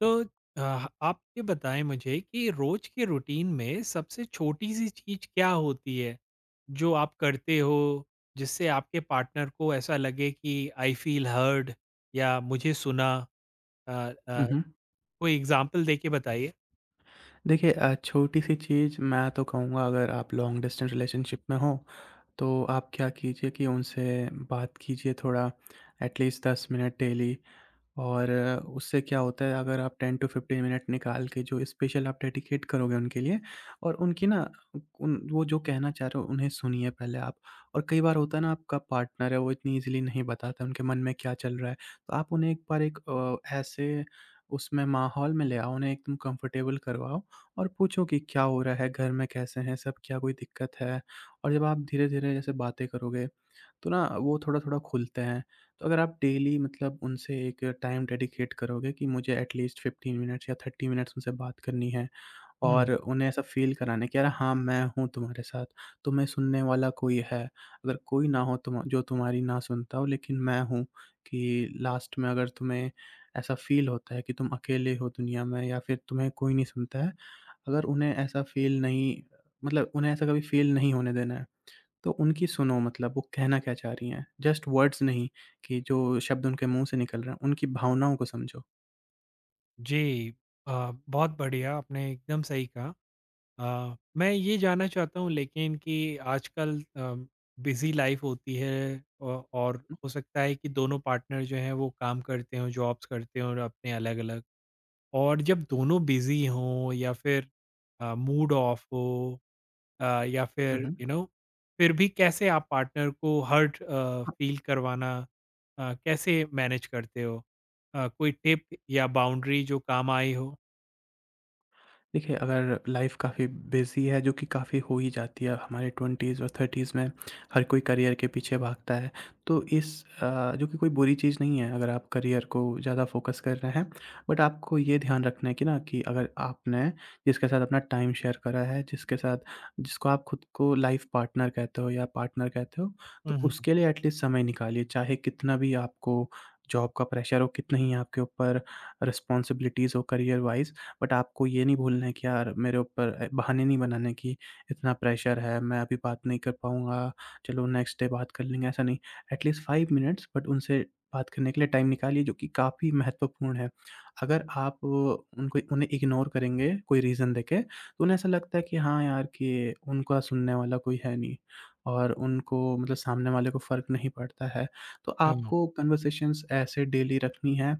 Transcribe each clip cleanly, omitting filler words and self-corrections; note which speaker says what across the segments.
Speaker 1: तो आप ये बताएँ मुझे कि रोज के रूटीन में सबसे छोटी-सी चीज़ क्या होती है, जो आप करते हो, जिससे आपके पार्टनर को ऐसा लगे कि आई फ़ील हर्ड या मुझे सुना? अ अ,
Speaker 2: हुँ, हुँ।
Speaker 1: कोई एग्ज़ाम्पल देके बताइए।
Speaker 2: देखिए छोटी-सी चीज़ मैं तो कहूँगा, अगर आप लॉन्ग डिस्टेंस रिलेशनशिप में हो, तो आप क्या कीजिए कि उनसे बात कीजिए थोड़ा, एटलीस्ट 10 मिनट डेली। और उससे क्या होता है, अगर आप 10 टू 15 मिनट निकाल के जो स्पेशल आप डेडिकेट करोगे उनके लिए और उनकी ना उन वो जो कहना चाह रहे हो उन्हें सुनिए पहले आप। और कई बार होता है ना, आपका पार्टनर है वो इतनी ईज़िली नहीं बताता उनके मन में क्या चल रहा है। तो आप उन्हें एक बार ऐसे उसमें माहौल में ले आओ, उन्हें एकदम कंफर्टेबल करवाओ और पूछो कि क्या हो रहा है, घर में कैसे हैं सब, क्या कोई दिक्कत है? और जब आप धीरे-धीरे जैसे बातें करोगे, तो ना वो थोड़ा-थोड़ा खुलते हैं। तो अगर आप डेली मतलब उनसे एक टाइम डेडिकेट करोगे कि मुझे एटलीस्ट 15 मिनट्स या 30 मिनट्स उनसे बात करनी है
Speaker 1: हुँ,
Speaker 2: और उन्हें ऐसा फ़ील कराना कि, "यार हाँ, मैं हूँ तुम्हारे साथ, तुम्हें सुनने वाला कोई है। अगर कोई ना हो, तुम जो तुम्हारी ना सुनता हो, लेकिन मैं हूँ।" कि लास्ट में अगर तुम्हें ऐसा फ़ील होता है कि तुम अकेले हो दुनिया में या फिर तुम्हें कोई नहीं सुनता है, अगर उन्हें ऐसा फ़ील नहीं, मतलब उन्हें ऐसा कभी फ़ील नहीं होने देना है। तो उनकी सुनो, मतलब वो कहना क्या चाह रही हैं। जस्ट वर्ड्स नहीं, कि जो शब्द उनके मुँह से निकल रहे हैं, उनकी भावनाओं को समझो।
Speaker 1: जी। अ, बहुत बढ़िया, आपने एकदम सही कहा। मैं ये जानना चाहता हूँ लेकिन कि आजकल बिजी लाइफ होती है और
Speaker 2: हुँ,
Speaker 1: हो सकता है कि दोनों पार्टनर जो हैं वो काम करते हों, जॉब्स करते हों और अपने अलग अलग। और जब दोनों बिजी हों या फिर मूड ऑफ हो, या
Speaker 2: हुँ,
Speaker 1: फिर
Speaker 2: हुँ।
Speaker 1: यू नो, फिर भी कैसे आप पार्टनर को हर्ट फील करवाना, कैसे मैनेज करते हो, कोई टिप या बाउंड्री जो काम आई हो?
Speaker 2: देखिए, अगर लाइफ़ काफ़ी बिज़ी है, जो कि काफ़ी हो ही जाती है, हमारे 20s और 30s में हर कोई करियर के पीछे भागता है। तो जो कि कोई बुरी चीज़ नहीं है, अगर आप करियर को ज़्यादा फ़ोकस कर रहे हैं। बट आपको ये ध्यान रखना है कि ना, कि अगर आपने जिसके साथ अपना टाइम शेयर करा है, जिसके साथ जिसको आप खुद को लाइफ़ पार्टनर कहते हो या पार्टनर कहते हो,
Speaker 1: हम्म,
Speaker 2: तो उसके लिए एटलीस्ट समय निकालिए। चाहे कितना भी आपको जॉब का प्रेशर हो, कितना ही आपके ऊपर रिस्पॉन्सिबिलिटीज़ हो करियर वाइज़, बट आपको ये नहीं भूलना है कि यार मेरे ऊपर बहाने नहीं बनाने कि इतना प्रेशर है, मैं अभी बात नहीं कर पाऊँगा, चलो नेक्स्ट डे बात कर लेंगे, ऐसा नहीं। एटलीस्ट 5 मिनट्स बट उनसे बात करने के लिए टाइम निकालिए, जो कि काफ़ी महत्वपूर्ण है। अगर आप उनको उन्हें इग्नोर करेंगे कोई रीज़न देके, तो उन्हें ऐसा लगता है कि हाँ यार, कि उनका सुनने वाला कोई है नहीं और उनको मतलब सामने वाले को फ़र्क नहीं पड़ता है। तो
Speaker 1: हम्म,
Speaker 2: आपको कन्वर्सेशंस ऐसे डेली रखनी है,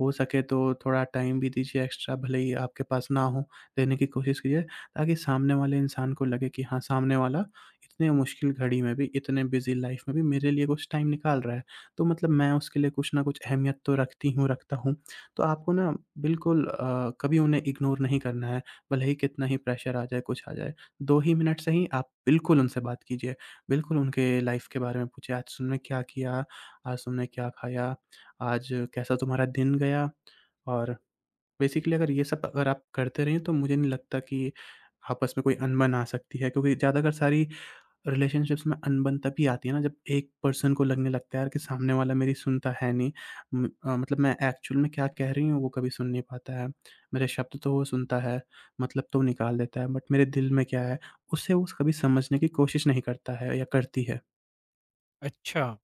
Speaker 2: हो सके तो थोड़ा टाइम भी दीजिए एक्स्ट्रा, भले ही आपके पास ना हो, देने की कोशिश कीजिए, ताकि सामने वाले इंसान को लगे कि हाँ, सामने वाला इतने मुश्किल घड़ी में भी, इतने बिज़ी लाइफ़ में भी मेरे लिए कुछ टाइम निकाल रहा है। तो मतलब मैं उसके लिए कुछ न कुछ अहमियत तो रखती हूँ, रखता हूँ। तो आपको ना बिल्कुल कभी उन्हें इग्नोर नहीं करना है, भले ही कितना ही प्रेशर आ जाए, कुछ आ जाए। 2 ही मिनट से ही आप बिल्कुल उनसे बात कीजिए, बिल्कुल उनके लाइफ़ के बारे में पूछिए, आज तुमने क्या किया? आज तुमने क्या खाया? आज कैसा तुम्हारा दिन गया? और बेसिकली अगर ये सब अगर आप करते रहें तो मुझे नहीं लगता कि आपस में कोई अनबन आ सकती है, क्योंकि ज़्यादातर सारी रिलेशनशिप्स में अनबन तभी आती है ना, जब एक पर्सन को लगने लगता है यार कि सामने वाला मेरी सुनता है नहीं। मतलब मैं एक्चुअल में क्या कह रही हूँ वो कभी सुन नहीं पाता है। मेरे शब्द तो वो सुनता है, मतलब तो निकाल देता है, बट मेरे दिल में क्या है, उसे वो कभी समझने की कोशिश नहीं करता है या करती है।
Speaker 1: अच्छा।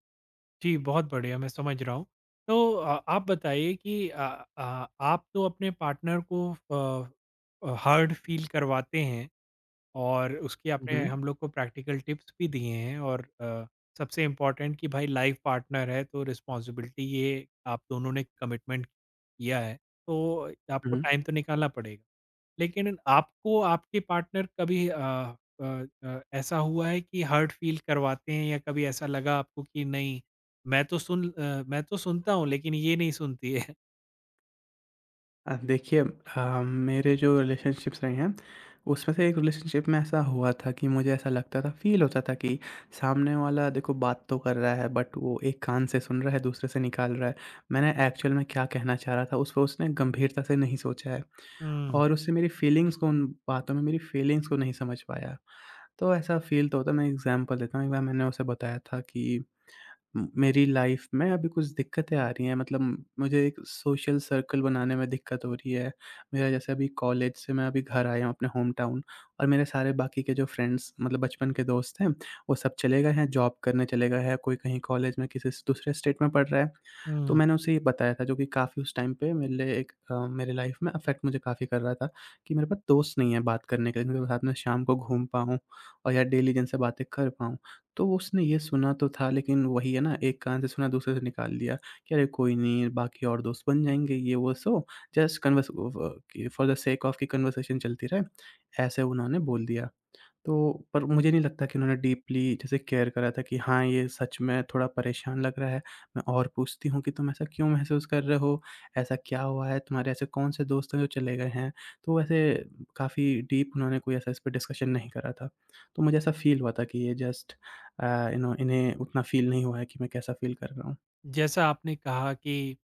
Speaker 1: जी, बहुत बढ़िया, मैं समझ रहा हूँ। तो आप बताइए कि आप तो अपने पार्टनर को हर्ड फ़ील करवाते हैं और उसकी
Speaker 2: हुँ,
Speaker 1: आपने
Speaker 2: हुँ।
Speaker 1: हम लोग को प्रैक्टिकल टिप्स भी दिए हैं और सबसे इम्पोर्टेंट कि भाई लाइफ़ पार्टनर है, तो रिस्पॉन्सिबिलिटी ये आप दोनों ने कमिटमेंट किया है, तो
Speaker 2: हुँ,
Speaker 1: आपको
Speaker 2: हुँ।
Speaker 1: टाइम तो निकालना पड़ेगा। लेकिन आपको आपके पार्टनर कभी अ ऐसा हुआ है कि हर्ट फील करवाते हैं या कभी ऐसा लगा आपको कि नहीं, मैं तो मैं तो सुनता हूँ लेकिन ये नहीं सुनती है?
Speaker 2: देखिए, अ, मेरे जो रिलेशनशिप्स रहे हैं, उसमें से एक रिलेशनशिप में ऐसा हुआ था कि मुझे ऐसा लगता था, फ़ील होता था कि सामने वाला देखो बात तो कर रहा है, बट वो एक कान से सुन रहा है, दूसरे से निकाल रहा है। मैंने एक्चुअल में क्या कहना चाह रहा था उस पे उसने गंभीरता से नहीं सोचा है
Speaker 1: हुँ,
Speaker 2: और उससे मेरी फ़ीलिंग्स को, उन बातों में मेरी फ़ीलिंग्स को नहीं समझ पाया। तो ऐसा फ़ील तो होता है, मैं एग्ज़ाम्पल देता हूँ, एक बार मैंने उसे बताया था कि म मेरी लाइफ़ में अभी कुछ दिक्कतें आ रही हैं, मतलब मुझे एक सोशल सर्कल बनाने में दिक्कत हो रही है। मेरा जैसे अभी कॉलेज से मैं अभी घर आया हूँ अपने होम टाउन, और मेरे सारे बाकी के जो फ्रेंड्स, मतलब बचपन के दोस्त हैं, वो सब चले गए हैं, जॉब करने चले गए हैं, कोई कहीं कॉलेज में, किसी स दूसरे स्टेट में पढ़ रहा है। तो
Speaker 1: हुँ।
Speaker 2: मैंने उसे ये बताया था, जो कि काफ़ी उस टाइम पे मेरे लिए मेरे लाइफ़ में अफ़ेक्ट मुझे काफ़ी कर रहा था कि मेरे पास दोस्त नहीं है बात करने के लिए, जिनके साथ मैं शाम को घूम पाऊँ और या डेली जिनसे बातें कर पाऊँ। तो उसने ये सुना तो था, लेकिन वही है ना, एक कान से सुना दूसरे से निकाल लिया, कि अरे कोई नहीं, बाकी और दोस्त बन जाएँगे ये वो, सो जस्ट कन्वर्स व कि फॉर द सेक ऑफ कि कन्वर्सेशन चलती रहे, ऐसे उन्होंने बोल दिया। तो पर मुझे नहीं लगता कि उन्होंने डीपली जैसे केयर करा था कि हाँ, ये सच में थोड़ा परेशान लग रहा है। मैं और पूछती हूँ कि तुम ऐसा क्यों महसूस कर रहे हो? ऐसा क्या हुआ है? तुम्हारे ऐसे कौन-से दोस्त हैं जो चले गए हैं? तो वैसे काफ़ी डीप उन्होंने कोई ऐसा इस पे डिस्कशन नहीं करा था। तो मुझे ऐसा फ़ील हुआ था कि ये जस्ट इन्हें उतना फ़ील नहीं हुआ है कि मैं कैसा फ़ील कर रहा हूँ।
Speaker 1: जैसा आपने कहा कि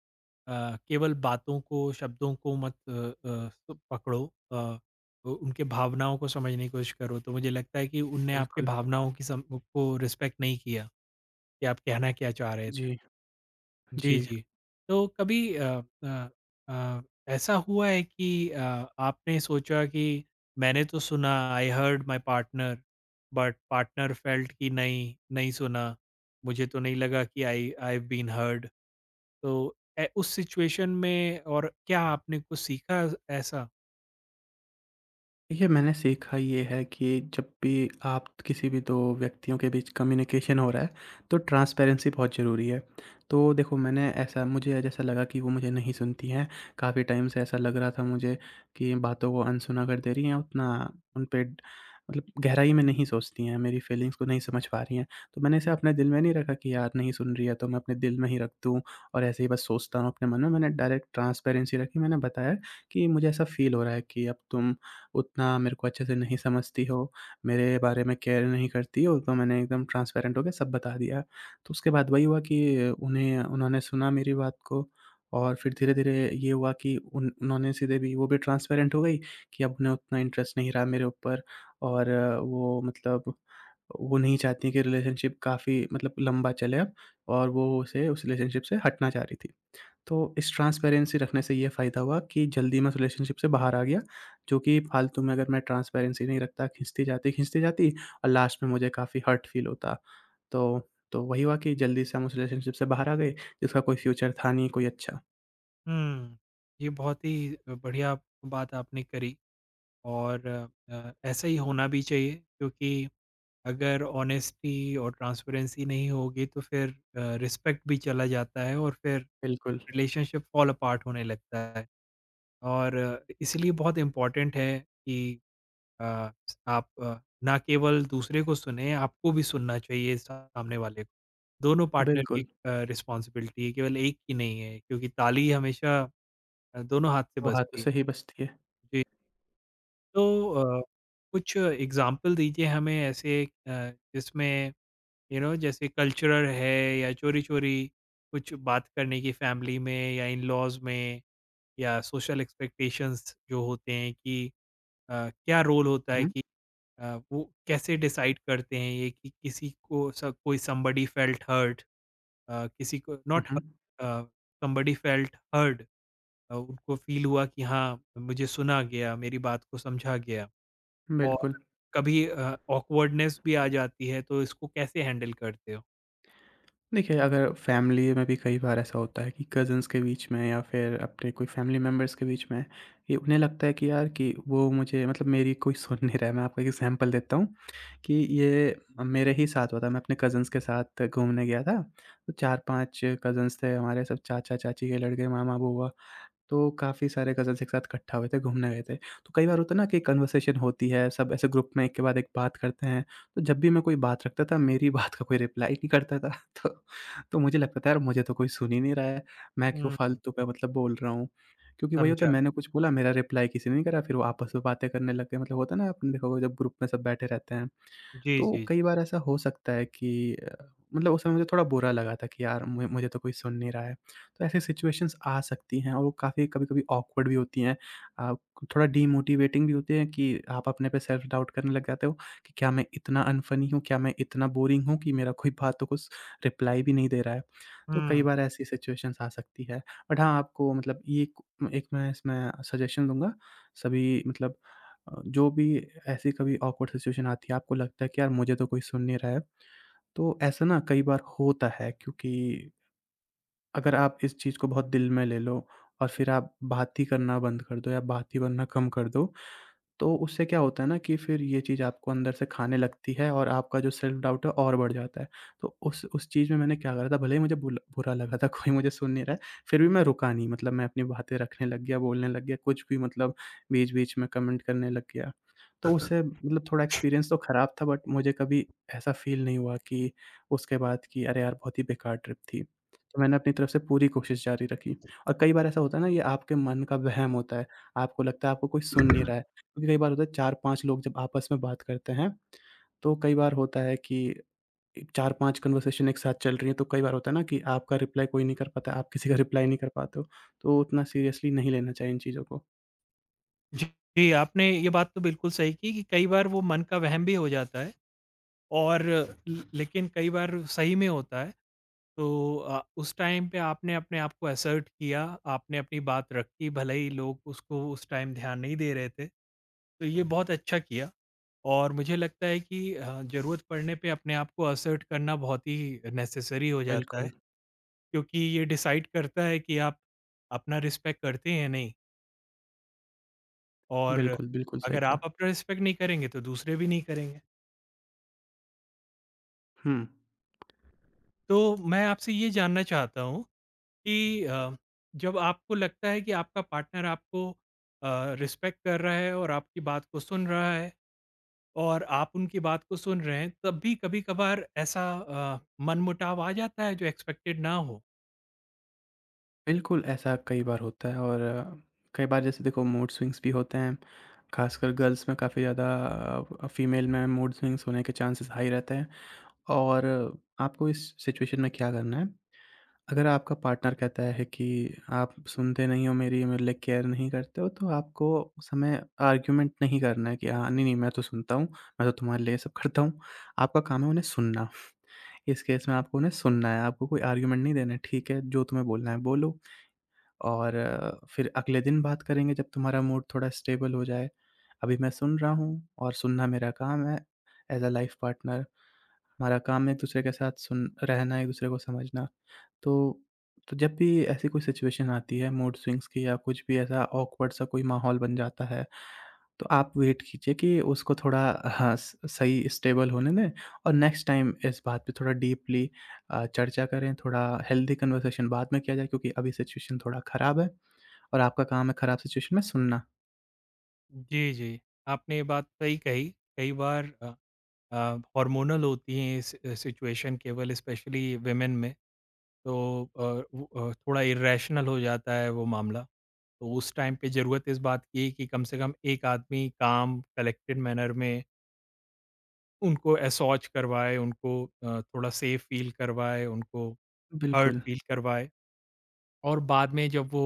Speaker 1: केवल बातों को, शब्दों को मत अ अ, स पकड़ो, अ, उ उनके भावनाओं को समझने की कोशिश करो, तो मुझे लगता है कि उनने आपके
Speaker 2: बिल्कुल।
Speaker 1: भावनाओं की सम को रिस्पेक्ट नहीं किया, कि आप कहना क्या चाह रहे थे।
Speaker 2: जी,
Speaker 1: जी,
Speaker 2: जी।
Speaker 1: जी। तो कभी अ अ, ऐसा हुआ है कि आपने सोचा कि मैंने तो सुना, I heard my partner, but partner felt कि नहीं, नहीं सुना, मुझे तो नहीं लगा कि I I have been heard. तो उस सिचुएशन में और क्या आपने कुछ सीखा ऐसा?
Speaker 2: देखिए, मैंने सीखा ये है कि जब भी आप किसी भी 2 व्यक्तियों के बीच कम्युनिकेशन हो रहा है, तो ट्रांसपेरेंसी बहुत ज़रूरी है। तो देखो, मैंने ऐसा मुझे जैसा लगा कि वो मुझे नहीं सुनती हैं, काफ़ी टाइम से ऐसा लग रहा था मुझे कि बातों को अनसुना कर दे रही हैं, उतना उन पे मतलब गहराई में नहीं सोचती हैं, मेरी फीलिंग्स को नहीं समझ पा रही हैं। तो मैंने इसे अपने दिल में नहीं रखा कि यार नहीं सुन रही है, तो मैं अपने दिल में ही रख दूँ और ऐसे ही बस सोचता हूँ अपने मन में। मैंने डायरेक्ट ट्रांसपेरेंसी रखी, मैंने बताया कि मुझे ऐसा फ़ील हो रहा है कि अब तुम उतना मेरे को अच्छे से नहीं समझती हो, मेरे बारे में केयर नहीं करती हो, तो मैंने एकदम ट्रांसपेरेंट होके सब बता दिया। तो उसके बाद वही हुआ कि उन्हें उन्होंने सुना मेरी बात को और फिर धीरे-धीरे ये हुआ कि उन उन्होंने सीधे भी, वो भी ट्रांसपेरेंट हो गई, कि अब उन्हें उतना इंटरेस्ट नहीं रहा मेरे ऊपर और वो मतलब वो नहीं चाहती कि रिलेशनशिप काफ़ी मतलब लंबा चले अब और वो उसे उस रिलेशनशिप से हटना चाह रही थी। तो इस ट्रांसपेरेंसी रखने से ये फ़ायदा हुआ कि जल्दी मैं उस रिलेशनशिप से बाहर आ गया, जो कि फालतू में, अगर मैं ट्रांसपेरेंसी नहीं रखता, खींचती जाती और लास्ट में मुझे काफ़ी हर्ट फ़ील होता। तो तो वही हुआ कि जल्दी से हम उस रिलेशनशिप से बाहर आ गए, जिसका कोई फ्यूचर था नहीं कोई अच्छा।
Speaker 1: हुँ, ये बहुत ही बढ़िया बात आपने करी और ऐसा ही होना भी चाहिए क्योंकि अगर ऑनेस्टी और ट्रांसपेरेंसी नहीं होगी तो फिर रिस्पेक्ट भी चला जाता है और फिर
Speaker 2: बिल्कुल,
Speaker 1: रिलेशनशिप फॉल अपार्ट होने लगता है और इसलिए बहुत इम्पोर्टेंट है कि अ, आप ना केवल दूसरे को सुने, आपको भी सुनना चाहिए सामने वाले को। दोनों पार्टनर की
Speaker 2: बिल्कुल।
Speaker 1: रिस्पॉन्सिबिलिटी है, केवल एक की नहीं है क्योंकि ताली हमेशा दोनों हाथ से
Speaker 2: दो हाथों
Speaker 1: बजती है।
Speaker 2: से ही बचती है।
Speaker 1: जी। तो कुछ एग्जाम्पल दीजिए हमें ऐसे जिसमें यू नो, जैसे कल्चरल है या चोरी-चोरी कुछ बात करने की फैमिली में या इन-लॉज़ में, या सोशल एक्सपेक्टेशंस जो होते हैं कि क्या रोल होता है
Speaker 2: हुँ,
Speaker 1: कि वो कैसे डिसाइड करते हैं ये कि किसी को स कोई समबडी फेल्ट हर्ट, किसी को
Speaker 2: hmm,
Speaker 1: not
Speaker 2: hmm,
Speaker 1: hurt, uh, somebody felt heard, उनको फ़ील हुआ कि हाँ, मुझे सुना गया, मेरी बात को समझा गया। और
Speaker 2: बिल्कुल।
Speaker 1: कभी ऑकवर्डनेस भी आ जाती है, तो इसको कैसे हैंडल करते हो?
Speaker 2: देखिए, अगर फैमिली में भी कई बार ऐसा होता है कि कज़िन्स के बीच में या फिर अपने कोई फैमिली मेंबर्स के बीच में, ये उन्हें लगता है कि यार कि वो मुझे मतलब मेरी कोई सुन नहीं रहा है। मैं आपको एग्ज़ाम्पल देता हूँ कि ये मेरे ही साथ हुआ था। मैं अपने कज़िन्स के साथ घूमने गया था, तो 4-5 कज़िन्स थे हमारे, सब चाचा-चाची के लड़के, मामा-बुआ। तो काफ़ी सारे कज़न्स एक साथ इकट्ठा हुए थे, घूमने गए थे। तो कई बार होता है ना कि कन्वर्सेशन होती है, सब ऐसे ग्रुप में एक के बाद एक बात करते हैं। तो जब भी मैं कोई बात रखता था, मेरी बात का कोई रिप्लाई नहीं करता था। तो तो मुझे लगता था यार, मुझे तो कोई सुन ही नहीं रहा है, मैं क्यों
Speaker 1: हुँ,
Speaker 2: फालतू का मतलब बोल रहा हूँ। क्योंकि वही होता है,
Speaker 1: समझा।
Speaker 2: मैंने कुछ बोला, मेरा रिप्लाई किसी ने नहीं करा, फिर वो आपस में बातें करने लग गए। मतलब होता है ना, आपने देखा होगा जब ग्रुप में सब बैठे रहते हैं।
Speaker 1: जी,
Speaker 2: तो
Speaker 1: जी।
Speaker 2: कई बार ऐसा हो सकता है कि मतलब उस समय मुझे थोड़ा बुरा लगा था कि यार मुझे मुझे तो कोई सुन नहीं रहा है। तो ऐसी सिचुएशंस आ सकती हैं और वो काफ़ी कभी-कभी ऑकवर्ड भी होती हैं। अ, थोड़ा डीमोटिवेटिंग भी होती हैं कि आप अपने पे सेल्फ डाउट करने लग जाते हो कि क्या मैं इतना अनफनी हूँ? क्या मैं इतना बोरिंग हूँ कि मेरा कोई बातों को स रिप्लाई भी नहीं दे रहा है? तो कई
Speaker 1: हुँ।
Speaker 2: बार ऐसी सिचुएशंस आ सकती है। बट हाँ, आपको ये एक एक मैं इसमें सजेशन दूँगा सभी जो भी ऐसी कभी ऑकवर्ड सिचुएशन आती है, आपको लगता है कि यार मुझे तो कोई सुन नहीं रहा है, तो ऐसा ना कई बार होता है क्योंकि अगर आप इस चीज़ को बहुत दिल में ले लो और फिर आप बात ही करना बंद कर दो या बात ही करना कम कर दो, तो उससे क्या होता है ना कि फिर ये चीज़ आपको अंदर से खाने लगती है और आपका जो सेल्फ डाउट है और बढ़ जाता है। तो उस चीज़ में मैंने क्या करा था भले ही मुझे बुल बुरा लगा था कोई मुझे सुन नहीं रहा है, फिर भी मैं रुका नहीं, मतलब मैं अपनी बातें रखने लग गया, बोलने लग गया, कुछ भी बीच-बीच में कमेंट करने लग गया। तो उससे मतलब थोड़ा एक्सपीरियंस तो खराब था बट मुझे कभी ऐसा फ़ील नहीं हुआ कि उसके बाद कि अरे यार! बहुत ही बेकार ट्रिप थी। तो मैंने अपनी तरफ से पूरी कोशिश जारी रखी और कई बार ऐसा होता है ना, ये आपके मन का वहम होता है, आपको लगता है आपको कोई सुन नहीं रहा है। क्योंकि कई बार होता है 4-5 लोग जब आपस में बात करते हैं, तो कई बार होता है कि 4-5 कन्वर्सेशन एक साथ चल रही है, तो कई बार होता है ना कि आपका रिप्लाई कोई नहीं कर पाता, आप किसी का रिप्लाई नहीं कर पाते हो, तो उतना सीरियसली नहीं लेना चाहिए इन चीज़ों को।
Speaker 1: जी, जी, आपने ये बात तो बिल्कुल सही की कि कई बार वो मन का वहम भी हो जाता है और ल लेकिन कई बार सही में होता है। तो उस टाइम पे आपने अपने आप को असर्ट किया, आपने अपनी बात रखी, भले ही लोग उसको उस टाइम ध्यान नहीं दे रहे थे, तो ये बहुत अच्छा किया और मुझे लगता है कि ज़रूरत पड़ने पे अपने आप को असर्ट करना बहुत ही नेसेसरी हो जाता है,
Speaker 2: बिल्कुल,
Speaker 1: क्योंकि ये डिसाइड करता है कि आप अपना रिस्पेक्ट करते हैं या नहीं। और
Speaker 2: बिल्कुल सही
Speaker 1: अगर आप
Speaker 2: कहा।
Speaker 1: अपना रिस्पेक्ट नहीं करेंगे तो दूसरे भी नहीं करेंगे।
Speaker 2: हुँ,
Speaker 1: तो मैं आपसे ये जानना चाहता हूँ कि जब आपको लगता है कि आपका पार्टनर आपको अ, रिस्पेक्ट कर रहा है और आपकी बात को सुन रहा है और आप उनकी बात को सुन रहे हैं, तब भी कभी-कभार ऐसा मनमुटाव आ जाता है जो एक्सपेक्टेड ना हो।
Speaker 2: बिल्कुल ऐसा कई बार होता है और कई बार जैसे देखो मूड स्विंग्स भी होते हैं, खासकर गर्ल्स में काफ़ी ज़्यादा फीमेल में मूड स्विंग्स होने के चांसेस हाई रहते हैं और आपको इस सिचुएशन में क्या करना है। अगर आपका पार्टनर कहता है कि आप सुनते नहीं हो मेरी, मतलब केयर नहीं करते हो, तो आपको उस समय आर्ग्यूमेंट नहीं करना है कि हाँ, नहीं नहीं, मैं तो सुनता हूँ, मैं तो तुम्हारे लिए ये सब करता हूँ। आपका काम है उन्हें सुनना। इस केस में आपको उन्हें सुनना है, आपको कोई आर्ग्यूमेंट नहीं देना है। ठीक है, जो तुम्हें बोलना है बोलो, और फिर अगले दिन बात करेंगे जब तुम्हारा मूड थोड़ा स्टेबल हो जाए। अभी मैं सुन रहा हूँ और सुनना मेरा काम है, एज अ लाइफ पार्टनर। हमारा काम एक-दूसरे के साथ सुन रहना, एक-दूसरे को समझना। तो तो जब भी ऐसी कोई सिचुएशन आती है मूड स्विंग्स की या कुछ भी ऐसा ऑकवर्ड सा कोई माहौल बन जाता है, तो आप वेट कीजिए कि उसको थोड़ा हाँ, स सही स्टेबल होने दें और नेक्स्ट टाइम इस बात पे थोड़ा डीपली चर्चा करें, थोड़ा हेल्दी कन्वर्सेशन बाद में किया जाए क्योंकि अभी सिचुएशन थोड़ा खराब है और आपका काम है खराब सिचुएशन में सुनना।
Speaker 1: जी, जी। आपने ये बात सही कही। कई बार अ, हार्मोनल होती हैं इस सिचुएशन, केवल स्पेशली वुमेन में। तो वो थोड़ा इरेशनल हो जाता है वो मामला। तो उस टाइम पे ज़रूरत इस बात की है कि कम से कम एक आदमी काम कलेक्टेड मैनर में उनको असॉर्च करवाए, उनको थोड़ा सेफ फ़ील करवाए, उनको हर्ट
Speaker 2: बिल्कुल।
Speaker 1: फ़ील करवाए और बाद में जब वो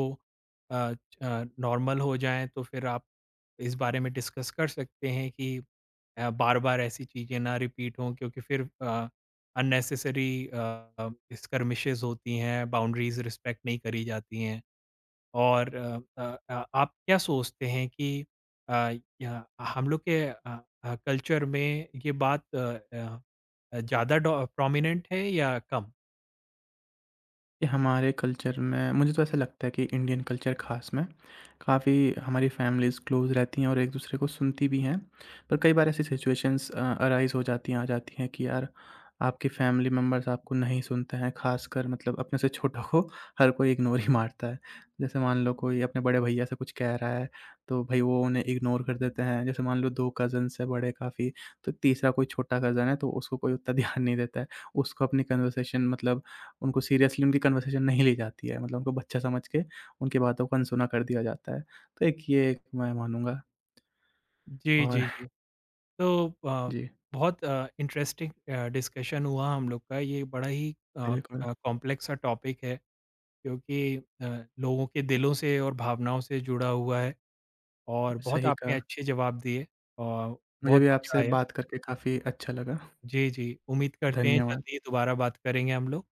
Speaker 1: नॉर्मल हो जाएँ तो फिर आप इस बारे में डिस्कस कर सकते हैं कि बार-बार ऐसी चीज़ें ना रिपीट हों क्योंकि फिर अननेसेसरी स्कर्मिशेस होती हैं, बाउंड्रीज़ रिस्पेक्ट नहीं करी जाती हैं। और आप क्या सोचते हैं कि अ, या हम लोग के कल्चर में ये बात अ ज़्यादा डॉ प्रोमिनेंट है या कम?
Speaker 2: ये हमारे कल्चर में मुझे तो ऐसा लगता है कि इंडियन कल्चर ख़ास में काफ़ी हमारी फैमिलीज़ क्लोज़ रहती हैं और एक दूसरे को सुनती भी हैं। पर कई बार ऐसी सिचुएशंस अराइज़ हो जाती हैं आ जाती हैं कि यार आपके फैमिली मेंबर्स आपको नहीं सुनते हैं, ख़ासकर मतलब अपने से छोटों को हर कोई इग्नोर ही मारता है। जैसे मान लो कोई अपने बड़े भैया से कुछ कह रहा है, तो भई वो उन्हें इग्नोर कर देते हैं। जैसे मान लो 2 कज़िन्स हैं बड़े काफ़ी, तो तीसरा कोई छोटा कज़िन है तो उसको कोई उतना ध्यान नहीं देता है। उसको अपनी कन्वर्सेशन, मतलब उनको सीरियसली उनकी कन्वर्सेशन नहीं ली जाती है, मतलब उनको बच्चा समझ के उनकी बातों को अनसुना कर दिया जाता है। तो एक ये एक मैं मानूँगा।
Speaker 1: जी, जी,
Speaker 2: और
Speaker 1: जी। तो
Speaker 2: जी,
Speaker 1: बहुत इंटरेस्टिंग डिस्कशन हुआ हम लोग का, ये बड़ा ही
Speaker 2: बिल्कुल,
Speaker 1: कॉम्प्लेक्स सा टॉपिक है। क्योंकि अ, लोगों के दिलों से और भावनाओं से जुड़ा हुआ है और बहुत
Speaker 2: सही
Speaker 1: आपने
Speaker 2: कहा।
Speaker 1: अच्छे जवाब दिए और
Speaker 2: मुझे
Speaker 1: बहुत
Speaker 2: भी आपसे
Speaker 1: मज़ा आया।
Speaker 2: बात करके काफ़ी अच्छा लगा।
Speaker 1: जी, जी। उम्मीद करते हैं
Speaker 2: धन्यवाद।
Speaker 1: जल्दी ही दोबारा बात करेंगे हम लोग।